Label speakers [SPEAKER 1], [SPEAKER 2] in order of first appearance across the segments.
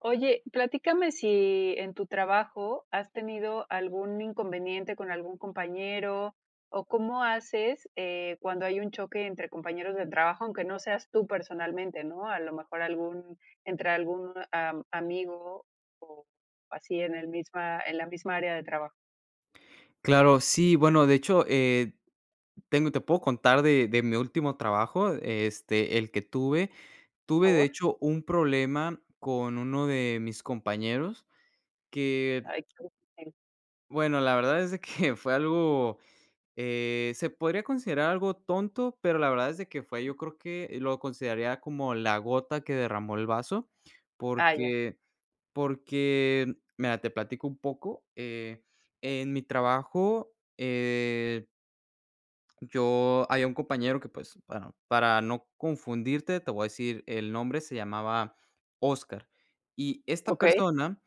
[SPEAKER 1] Oye, platícame si en tu trabajo has tenido algún inconveniente con algún compañero o cómo haces cuando hay un choque entre compañeros de trabajo, aunque no seas tú personalmente, ¿no? A lo mejor algún, entre algún amigo o así en el misma, en la misma área de trabajo.
[SPEAKER 2] Claro, sí, bueno, de hecho, tengo te puedo contar de mi último trabajo, este, el que tuve.
[SPEAKER 1] Por
[SPEAKER 2] Tuve, de
[SPEAKER 1] favor.
[SPEAKER 2] hecho, un problema con uno de mis compañeros que,
[SPEAKER 1] Ay, qué difícil.
[SPEAKER 2] bueno, la verdad es de que fue algo, se podría considerar algo tonto, pero la verdad es de que fue, yo creo que lo consideraría como la gota que derramó el vaso,
[SPEAKER 1] Ah, ya.
[SPEAKER 2] porque porque, mira, te platico un poco, en mi trabajo. Yo había un compañero que, pues, bueno, para no confundirte, te voy a decir el nombre, se llamaba Óscar. Y esta
[SPEAKER 1] Ok,
[SPEAKER 2] persona,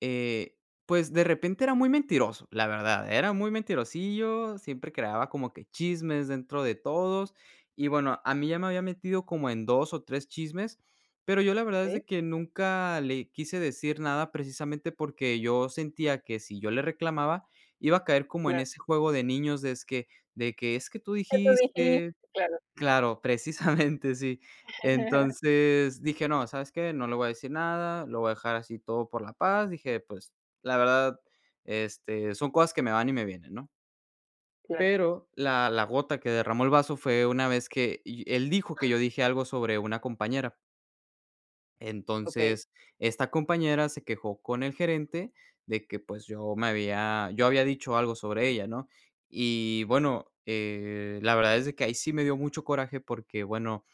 [SPEAKER 2] eh, pues, de repente era muy mentiroso, la verdad, era muy mentirosillo, siempre creaba como que chismes dentro de todos. Y bueno, a mí ya me había metido como en 2 o 3 chismes, pero yo la verdad es
[SPEAKER 1] ok,
[SPEAKER 2] de que nunca le quise decir nada, precisamente porque yo sentía que si yo le reclamaba, iba a caer como en
[SPEAKER 1] claro.
[SPEAKER 2] ese juego de niños de es que de que: "Es que tú
[SPEAKER 1] Eso dijiste,
[SPEAKER 2] dijiste".
[SPEAKER 1] claro.
[SPEAKER 2] Claro, precisamente, sí. Entonces dije: "No, ¿sabes qué? No le voy a decir nada, lo voy a dejar así todo por la paz". Dije: "Pues, la verdad, este, son cosas que me van y me vienen", ¿no?
[SPEAKER 1] Claro,
[SPEAKER 2] Pero la gota que derramó el vaso fue una vez que él dijo que yo dije algo sobre una compañera.
[SPEAKER 1] ok.
[SPEAKER 2] Entonces, esta compañera se quejó con el gerente de que, pues, yo había dicho algo sobre ella, ¿no? Y bueno, la verdad es de que ahí sí me dio mucho coraje porque, bueno,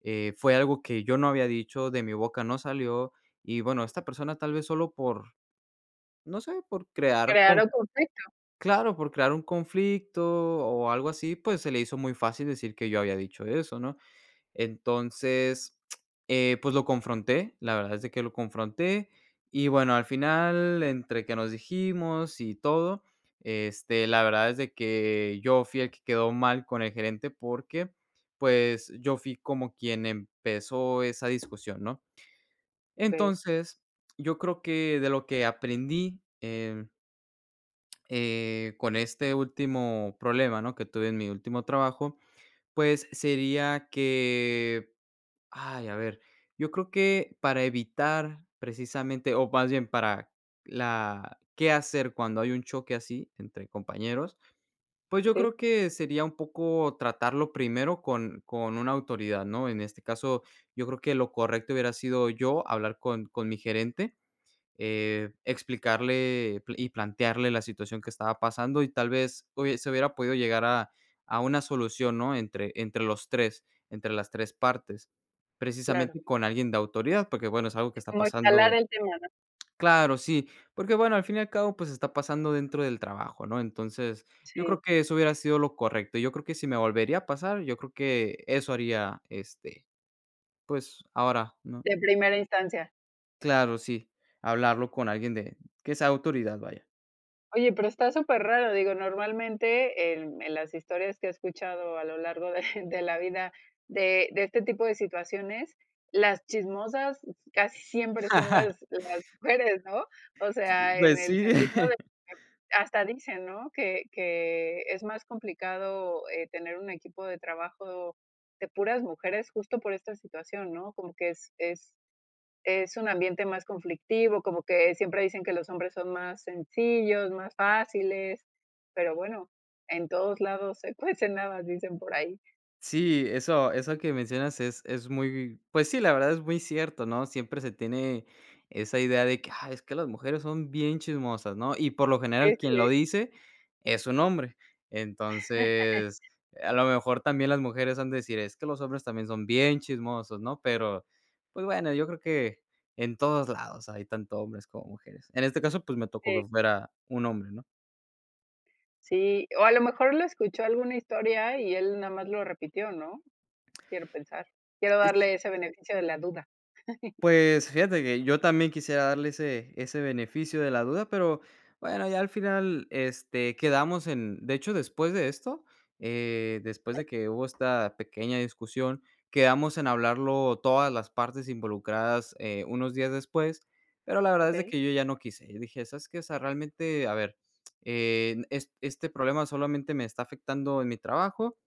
[SPEAKER 2] fue algo que yo no había dicho, de mi boca no salió, y bueno, esta persona tal vez solo por, no sé, por crear con
[SPEAKER 1] Crearon conflicto.
[SPEAKER 2] claro, por crear un conflicto o algo así, pues se le hizo muy fácil decir que yo había dicho eso, ¿no? Entonces, pues lo confronté, la verdad es de que lo confronté y bueno, al final, entre que nos dijimos y todo, este, la verdad es de que yo fui el que quedó mal con el gerente porque, pues, yo fui como quien empezó esa discusión, ¿no?
[SPEAKER 1] Ok,
[SPEAKER 2] Entonces, yo creo que de lo que aprendí, con este último problema, ¿no? Que tuve en mi último trabajo, pues sería que, ay, a ver, yo creo que para evitar precisamente, o más bien para la qué hacer cuando hay un choque así entre compañeros, pues yo
[SPEAKER 1] sí,
[SPEAKER 2] creo que sería un poco tratarlo primero con, una autoridad, ¿no? En este caso, yo creo que lo correcto hubiera sido yo hablar con mi gerente, explicarle y plantearle la situación que estaba pasando y tal vez se hubiera podido llegar a, una solución, ¿no? entre los tres, entre las tres partes,
[SPEAKER 1] claro.
[SPEAKER 2] precisamente con alguien de autoridad, porque bueno, es algo que está
[SPEAKER 1] Como
[SPEAKER 2] pasando,
[SPEAKER 1] escalar el tema, ¿no?
[SPEAKER 2] claro, sí, porque bueno, al fin y al cabo, pues está pasando dentro del trabajo, ¿no? Entonces, yo creo
[SPEAKER 1] Sí,
[SPEAKER 2] que eso hubiera sido lo correcto. Yo creo que si me volvería a pasar, yo creo que eso haría, este, pues ahora, ¿no?
[SPEAKER 1] de primera instancia.
[SPEAKER 2] Claro, sí, hablarlo con alguien de que sea autoridad, vaya.
[SPEAKER 1] Oye, pero está súper raro, digo, normalmente en las historias que he escuchado a lo largo de de la vida de este tipo de situaciones, las chismosas casi siempre son
[SPEAKER 2] Ajá,
[SPEAKER 1] las mujeres, ¿no? O sea, en
[SPEAKER 2] pues
[SPEAKER 1] el
[SPEAKER 2] sí,
[SPEAKER 1] sentido de que hasta dicen, ¿no? Que es más complicado, tener un equipo de trabajo de puras mujeres justo por esta situación, ¿no? Como que es es un ambiente más conflictivo, como que siempre dicen que los hombres son más sencillos, más fáciles, pero bueno, en todos lados se cuecen habas, dicen por ahí.
[SPEAKER 2] sí, eso que mencionas es muy, pues sí, la verdad es muy cierto, ¿no? Siempre se tiene esa idea de que: "Ah, es que las mujeres son bien chismosas", ¿no? Y por lo
[SPEAKER 1] Sí,
[SPEAKER 2] general
[SPEAKER 1] sí,
[SPEAKER 2] quien lo
[SPEAKER 1] sí,
[SPEAKER 2] dice es un hombre. Entonces, a lo mejor también las mujeres han de decir: "Es que los hombres también son bien chismosos", ¿no? Pero, pues bueno, yo creo que en todos lados hay tanto hombres como mujeres. En este caso, pues me tocó
[SPEAKER 1] sí.
[SPEAKER 2] que fuera un hombre,
[SPEAKER 1] Sí, o a lo mejor lo escuchó alguna historia y él nada más lo repitió, ¿no? Quiero pensar. Quiero
[SPEAKER 2] ¿no?
[SPEAKER 1] darle ese beneficio de la duda.
[SPEAKER 2] Pues, fíjate que yo también quisiera darle ese beneficio de la duda, pero bueno, ya al final, este, quedamos en, de hecho, después de esto, después de que hubo esta pequeña discusión, quedamos en hablarlo todas las partes involucradas, unos días después, pero la verdad es de
[SPEAKER 1] Okey.
[SPEAKER 2] que yo ya no quise. Yo dije: "¿Sabes qué? O sea, realmente, a ver, es este problema solamente me está afectando en mi trabajo,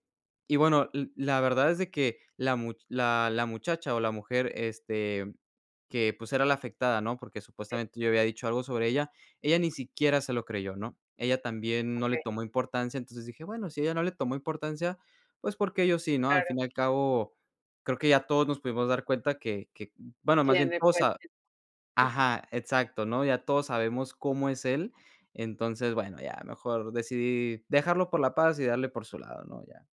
[SPEAKER 2] y bueno, l la verdad es de que la muchacha o la mujer, este, que, pues, era la afectada, ¿no? Porque
[SPEAKER 1] Sí,
[SPEAKER 2] supuestamente yo había dicho algo sobre ella, ella ni siquiera se lo creyó, ¿no? Ella también no le
[SPEAKER 1] okey,
[SPEAKER 2] tomó importancia, entonces dije: "Bueno, si ella no le tomó importancia, pues, porque yo sí?", ¿no? Al
[SPEAKER 1] claro.
[SPEAKER 2] fin y al cabo, creo que ya todos nos pudimos dar cuenta que, bueno, más
[SPEAKER 1] ¿Quién
[SPEAKER 2] bien todos
[SPEAKER 1] fue?
[SPEAKER 2] sa ajá, exacto, ¿no? Ya todos sabemos cómo es él, entonces, bueno, ya mejor decidí dejarlo por la paz y darle por su lado, ¿no? Ya.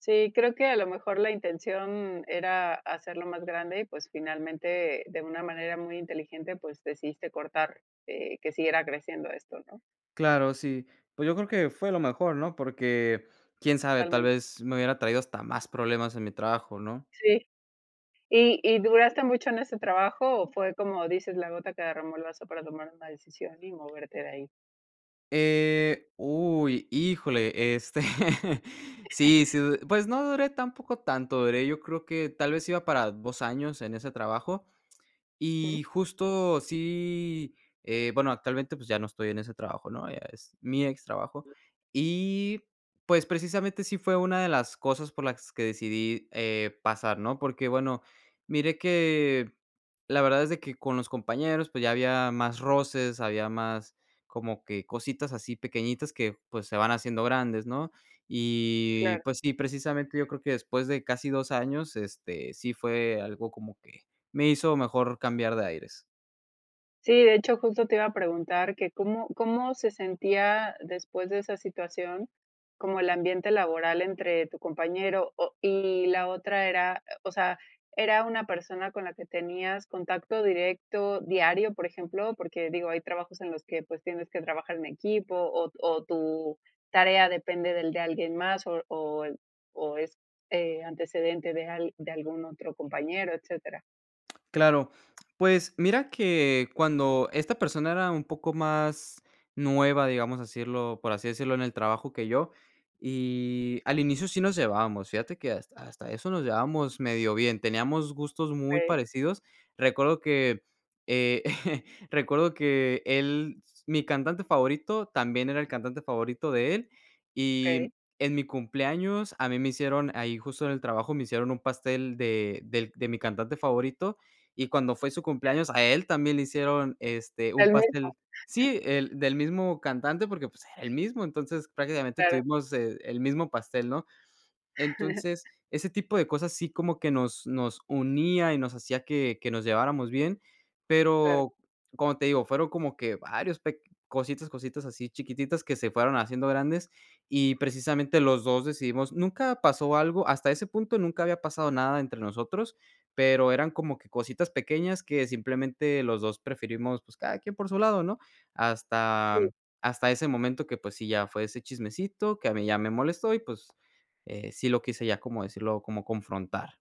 [SPEAKER 1] Sí, creo que a lo mejor la intención era hacerlo más grande y, pues, finalmente, de una manera muy inteligente, pues, decidiste cortar, que siguiera creciendo esto, ¿no?
[SPEAKER 2] Claro, sí. Pues yo creo que fue lo mejor, ¿no? Porque, quién sabe, tal
[SPEAKER 1] Totalmente.
[SPEAKER 2] vez me hubiera traído hasta más problemas en mi trabajo, ¿no?
[SPEAKER 1] Sí. ¿Y duraste mucho en ese trabajo o fue como dices, la gota que derramó el vaso para tomar una decisión y moverte de ahí?
[SPEAKER 2] Uy, híjole, este, sí, sí, pues no duré tampoco tanto, duré yo creo que tal vez iba para 2 años en ese trabajo.
[SPEAKER 1] Ujú.
[SPEAKER 2] Y justo sí, bueno, actualmente, pues, ya no estoy en ese trabajo, ¿no? Ya es mi ex trabajo. Y, pues, precisamente sí fue una de las cosas por las que decidí, pasar, ¿no? Porque, bueno, mire que la verdad es de que con los compañeros, pues, ya había más roces, había más como que cositas así pequeñitas que, pues, se van haciendo grandes, ¿no? Y,
[SPEAKER 1] Claro.
[SPEAKER 2] pues sí, precisamente yo creo que después de casi 2 años, este, sí fue algo como que me hizo mejor cambiar de aires.
[SPEAKER 1] Sí, de hecho, justo te iba a preguntar que cómo se sentía después de esa situación, como el ambiente laboral entre tu compañero o y la otra era, o sea, ¿era una persona con la que tenías contacto directo diario, por ejemplo? Porque, digo, hay trabajos en los que, pues, tienes que trabajar en equipo o tu tarea depende del de alguien más o es, antecedente de al de algún otro compañero, etcétera.
[SPEAKER 2] Claro. Pues mira que cuando esta persona era un poco más nueva, digamos decirlo, por así decirlo, en el trabajo que yo, y al inicio sí nos llevábamos, fíjate que hasta eso nos llevábamos medio bien, teníamos gustos muy
[SPEAKER 1] Okey,
[SPEAKER 2] parecidos. Recuerdo que, eh, recuerdo que él mi cantante favorito también era el cantante favorito de él,
[SPEAKER 1] okey.
[SPEAKER 2] y en mi cumpleaños a mí me hicieron ahí justo en el trabajo, me hicieron un pastel de mi cantante favorito y cuando fue su cumpleaños, a él también le hicieron, este, un
[SPEAKER 1] El mismo,
[SPEAKER 2] pastel. Sí, el del mismo cantante, porque, pues, era el mismo, entonces prácticamente
[SPEAKER 1] claro.
[SPEAKER 2] tuvimos, el mismo pastel, ¿no? Entonces, ese tipo de cosas sí como que nos unía y nos hacía que nos lleváramos bien,
[SPEAKER 1] Claro,
[SPEAKER 2] pero, como te digo, fueron como que varios, pe cositas, cositas así chiquititas que se fueron haciendo grandes, y precisamente los 2 decidimos nunca pasó algo, hasta ese punto nunca había pasado nada entre nosotros, pero eran como que cositas pequeñas que simplemente los 2 preferimos, pues, cada quien por su lado, ¿no? Hasta
[SPEAKER 1] sí,
[SPEAKER 2] hasta ese momento que, pues sí, ya fue ese chismecito que a mí ya me molestó y, pues, sí lo quise ya como decirlo, como confrontar.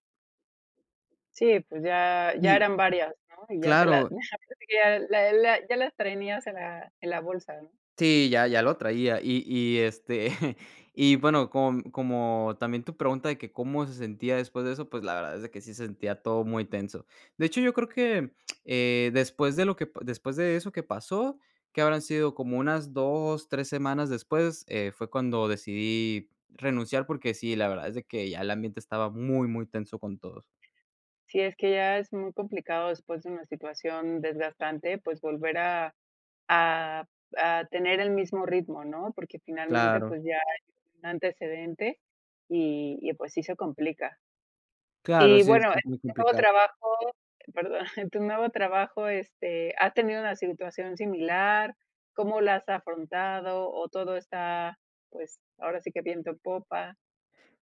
[SPEAKER 1] sí, pues ya ya
[SPEAKER 2] Y
[SPEAKER 1] eran varias, ¿no? Y ya te la
[SPEAKER 2] Claro,
[SPEAKER 1] parece que ya la ya las traías en la bolsa, ¿no?
[SPEAKER 2] sí, ya lo traía. Y, este, y bueno, como también tu pregunta de que cómo se sentía después de eso, pues, la verdad es de que sí se sentía todo muy tenso. De hecho, yo creo que, después de eso que pasó, que habrán sido como unas 2 3 semanas después, fue cuando decidí renunciar, porque sí, la verdad es de que ya el ambiente estaba muy, muy tenso con todos.
[SPEAKER 1] Sí, es que ya es muy complicado después de una situación desgastante, pues, volver a a tener el mismo ritmo, ¿no? Porque finalmente,
[SPEAKER 2] Claro,
[SPEAKER 1] pues, ya hay un antecedente y, pues, sí se complica.
[SPEAKER 2] claro,
[SPEAKER 1] Y
[SPEAKER 2] sí, es
[SPEAKER 1] bueno, en
[SPEAKER 2] muy
[SPEAKER 1] tu nuevo
[SPEAKER 2] complicado.
[SPEAKER 1] trabajo perdón, en tu nuevo trabajo, este, ¿has tenido una situación similar? ¿Cómo la has afrontado o todo está, pues, ahora sí que viento en popa?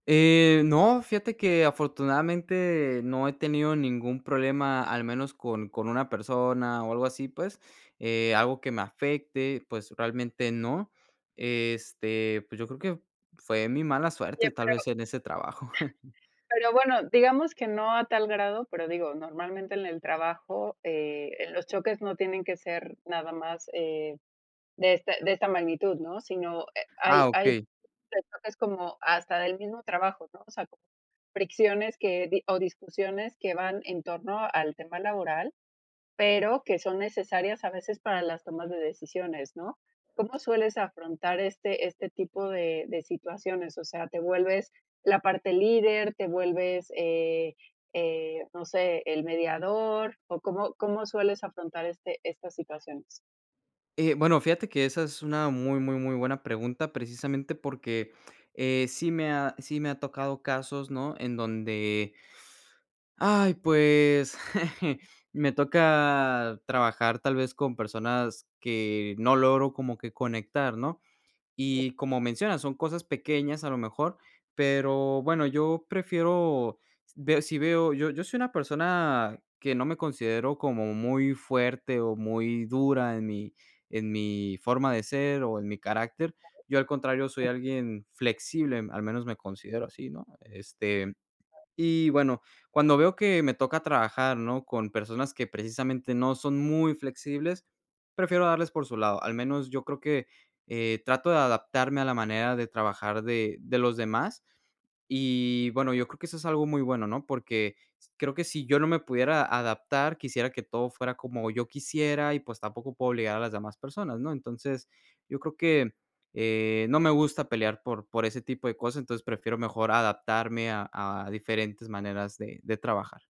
[SPEAKER 2] No, fíjate que afortunadamente no he tenido ningún problema, al menos con una persona o algo así, pues, algo que me afecte, pues, realmente no. Este, pues, yo creo que fue mi mala suerte,
[SPEAKER 1] Oye,
[SPEAKER 2] tal
[SPEAKER 1] pero
[SPEAKER 2] vez, en ese trabajo.
[SPEAKER 1] pero bueno, digamos que no a tal grado, pero digo, normalmente en el trabajo, los choques no tienen que ser nada más, de esta magnitud, ¿no? Sino, hay
[SPEAKER 2] Ah,
[SPEAKER 1] hay
[SPEAKER 2] okey.
[SPEAKER 1] de como hasta del mismo trabajo, ¿no? O sea, como fricciones que di o discusiones que van en torno al tema laboral, pero que son necesarias a veces para las tomas de decisiones, ¿no? ¿Cómo sueles afrontar este este tipo de situaciones? O sea, ¿te vuelves la parte líder, te vuelves, no sé, el mediador, o cómo sueles afrontar este estas situaciones?
[SPEAKER 2] Bueno, fíjate que esa es una muy, muy, muy buena pregunta, precisamente porque, sí me ha tocado casos, ¿no?, en donde, ay, pues, me toca trabajar tal vez con personas que no logro como que conectar, ¿no?
[SPEAKER 1] Sí.
[SPEAKER 2] Y como mencionas, son cosas pequeñas a lo mejor, pero bueno, yo prefiero, veo si veo yo soy una persona que no me considero como muy fuerte o muy dura en mi forma de ser o en mi carácter. Yo, al contrario, soy alguien flexible, al menos me considero así, ¿no? Este, y bueno, cuando veo que me toca trabajar, ¿no? Con personas que precisamente no son muy flexibles, prefiero darles por su lado. Al menos yo creo que, trato de adaptarme a la manera de trabajar de los demás. Y bueno, yo creo que eso es algo muy bueno, ¿no? Porque s creo que si yo no me pudiera adaptar, quisiera que todo fuera como yo quisiera y, pues, tampoco puedo obligar a las demás personas, ¿no? Entonces, yo creo que, no me gusta pelear por ese tipo de cosas, entonces prefiero mejor adaptarme a diferentes maneras de trabajar.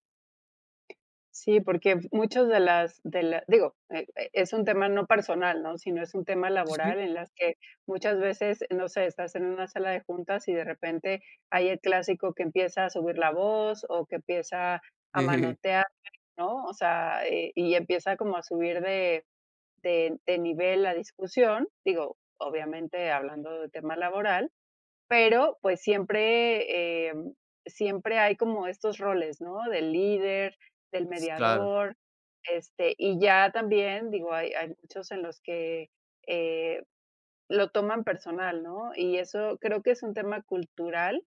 [SPEAKER 1] Sí, porque muchos de las de la digo, es un tema no personal, ¿no?, sino es un tema
[SPEAKER 2] Sí, sí.
[SPEAKER 1] laboral en las que muchas veces, no sé, estás en una sala de juntas y de repente hay el clásico que empieza a subir la voz o que empieza a manotear, ¿no? O sea, y empieza como a subir de nivel la discusión, digo, obviamente hablando de tema laboral. Pero, pues, siempre, siempre hay como estos roles, ¿no? Del líder, del
[SPEAKER 2] Claro,
[SPEAKER 1] mediador, este, y ya también, digo, hay hay muchos en los que, eh, lo toman personal, ¿no? Y eso creo que es un tema cultural,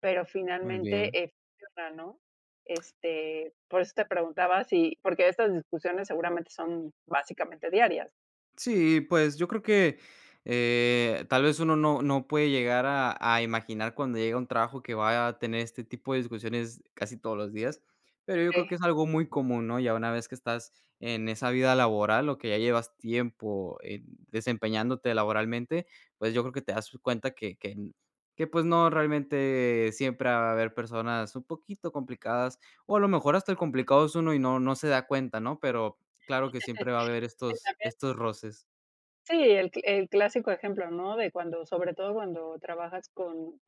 [SPEAKER 1] pero
[SPEAKER 2] muy
[SPEAKER 1] finalmente,
[SPEAKER 2] bien.
[SPEAKER 1] funciona, ¿no? Este, por eso te preguntaba si porque estas discusiones seguramente son básicamente diarias.
[SPEAKER 2] Sí, pues yo creo que, tal vez uno no puede llegar a imaginar cuando llega a un trabajo que va a tener este tipo de discusiones casi todos los días, pero yo creo que
[SPEAKER 1] Sí.
[SPEAKER 2] es algo muy común, ¿no? Ya una vez que estás en esa vida laboral o que ya llevas tiempo, desempeñándote laboralmente, pues yo creo que te das cuenta que, pues, no, realmente siempre va a haber personas un poquito complicadas, o a lo mejor hasta el complicado es uno y no se da cuenta, ¿no? Pero claro que siempre va a haber estos estos roces.
[SPEAKER 1] Sí, el cl el clásico ejemplo, ¿no? De cuando sobre todo cuando trabajas con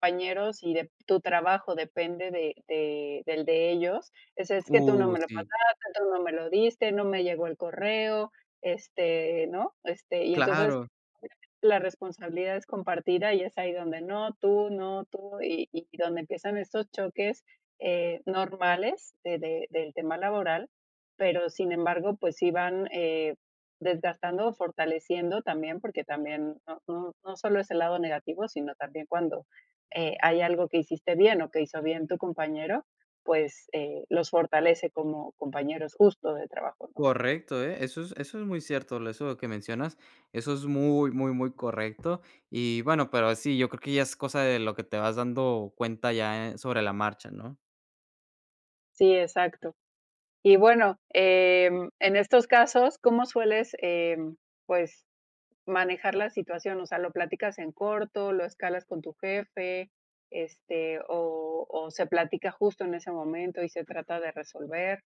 [SPEAKER 1] compañeros y de tu trabajo depende de ellos, es que tú no
[SPEAKER 2] Uh,
[SPEAKER 1] me lo
[SPEAKER 2] sí,
[SPEAKER 1] pasaste, tú no me lo diste, no me llegó el correo, este, ¿no? Este, y entonces
[SPEAKER 2] claro,
[SPEAKER 1] la responsabilidad es compartida y es ahí donde no, tú, no, tú, y donde empiezan estos choques, normales de del tema laboral, pero sin embargo, pues sí van, desgastando o fortaleciendo también, porque también no solo es el lado negativo, sino también cuando hay algo que hiciste bien o que hizo bien tu compañero, pues los fortalece como compañeros justo de trabajo, ¿no?
[SPEAKER 2] correcto, ¿eh? Eso es muy cierto, lo eso que mencionas, eso es muy, muy, muy correcto. Y bueno, pero sí, yo creo que ya es cosa de lo que te vas dando cuenta ya, sobre la marcha, ¿no?
[SPEAKER 1] Sí, exacto. Y bueno, en estos casos, ¿cómo sueles, pues, manejar la situación? O sea, ¿lo platicas en corto, lo escalas con tu jefe, este, o se platica justo en ese momento y se trata de resolver?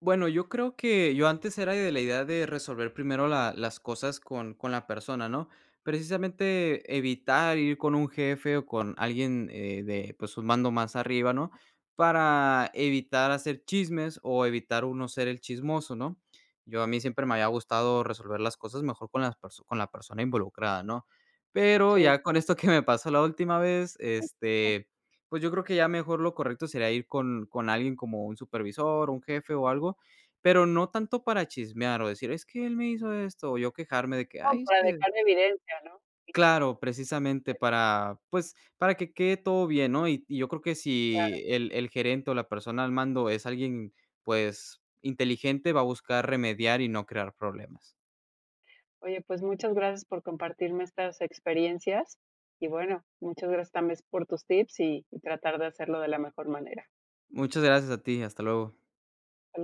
[SPEAKER 2] Bueno, yo creo que yo antes era de la idea de resolver primero la las cosas con la persona, ¿no? Precisamente evitar ir con un jefe o con alguien, de, pues, un mando más arriba, ¿no? Para evitar hacer chismes o evitar uno ser el chismoso, ¿no? Yo a mí siempre me había gustado resolver las cosas mejor con la persona involucrada, ¿no? Pero
[SPEAKER 1] Sí.
[SPEAKER 2] ya con esto que me pasó la última vez, este, pues yo creo que ya mejor lo correcto sería ir con alguien como un supervisor, un jefe o algo, pero no tanto para chismear o decir: "Es que él me hizo esto", o yo quejarme de que:
[SPEAKER 1] Como
[SPEAKER 2] "Ay, es
[SPEAKER 1] para
[SPEAKER 2] que".
[SPEAKER 1] dejar evidencia, ¿no? Sí,
[SPEAKER 2] Claro, precisamente para, pues, para que quede todo bien, ¿no? Y yo creo que
[SPEAKER 1] claro.
[SPEAKER 2] si el gerente o la persona al mando es alguien, pues, inteligente, va a buscar remediar y no crear problemas.
[SPEAKER 1] Oye, pues muchas gracias por compartirme estas experiencias y bueno, muchas gracias también por tus tips y tratar de hacerlo de la mejor manera.
[SPEAKER 2] Muchas gracias a ti, hasta luego.
[SPEAKER 1] Hasta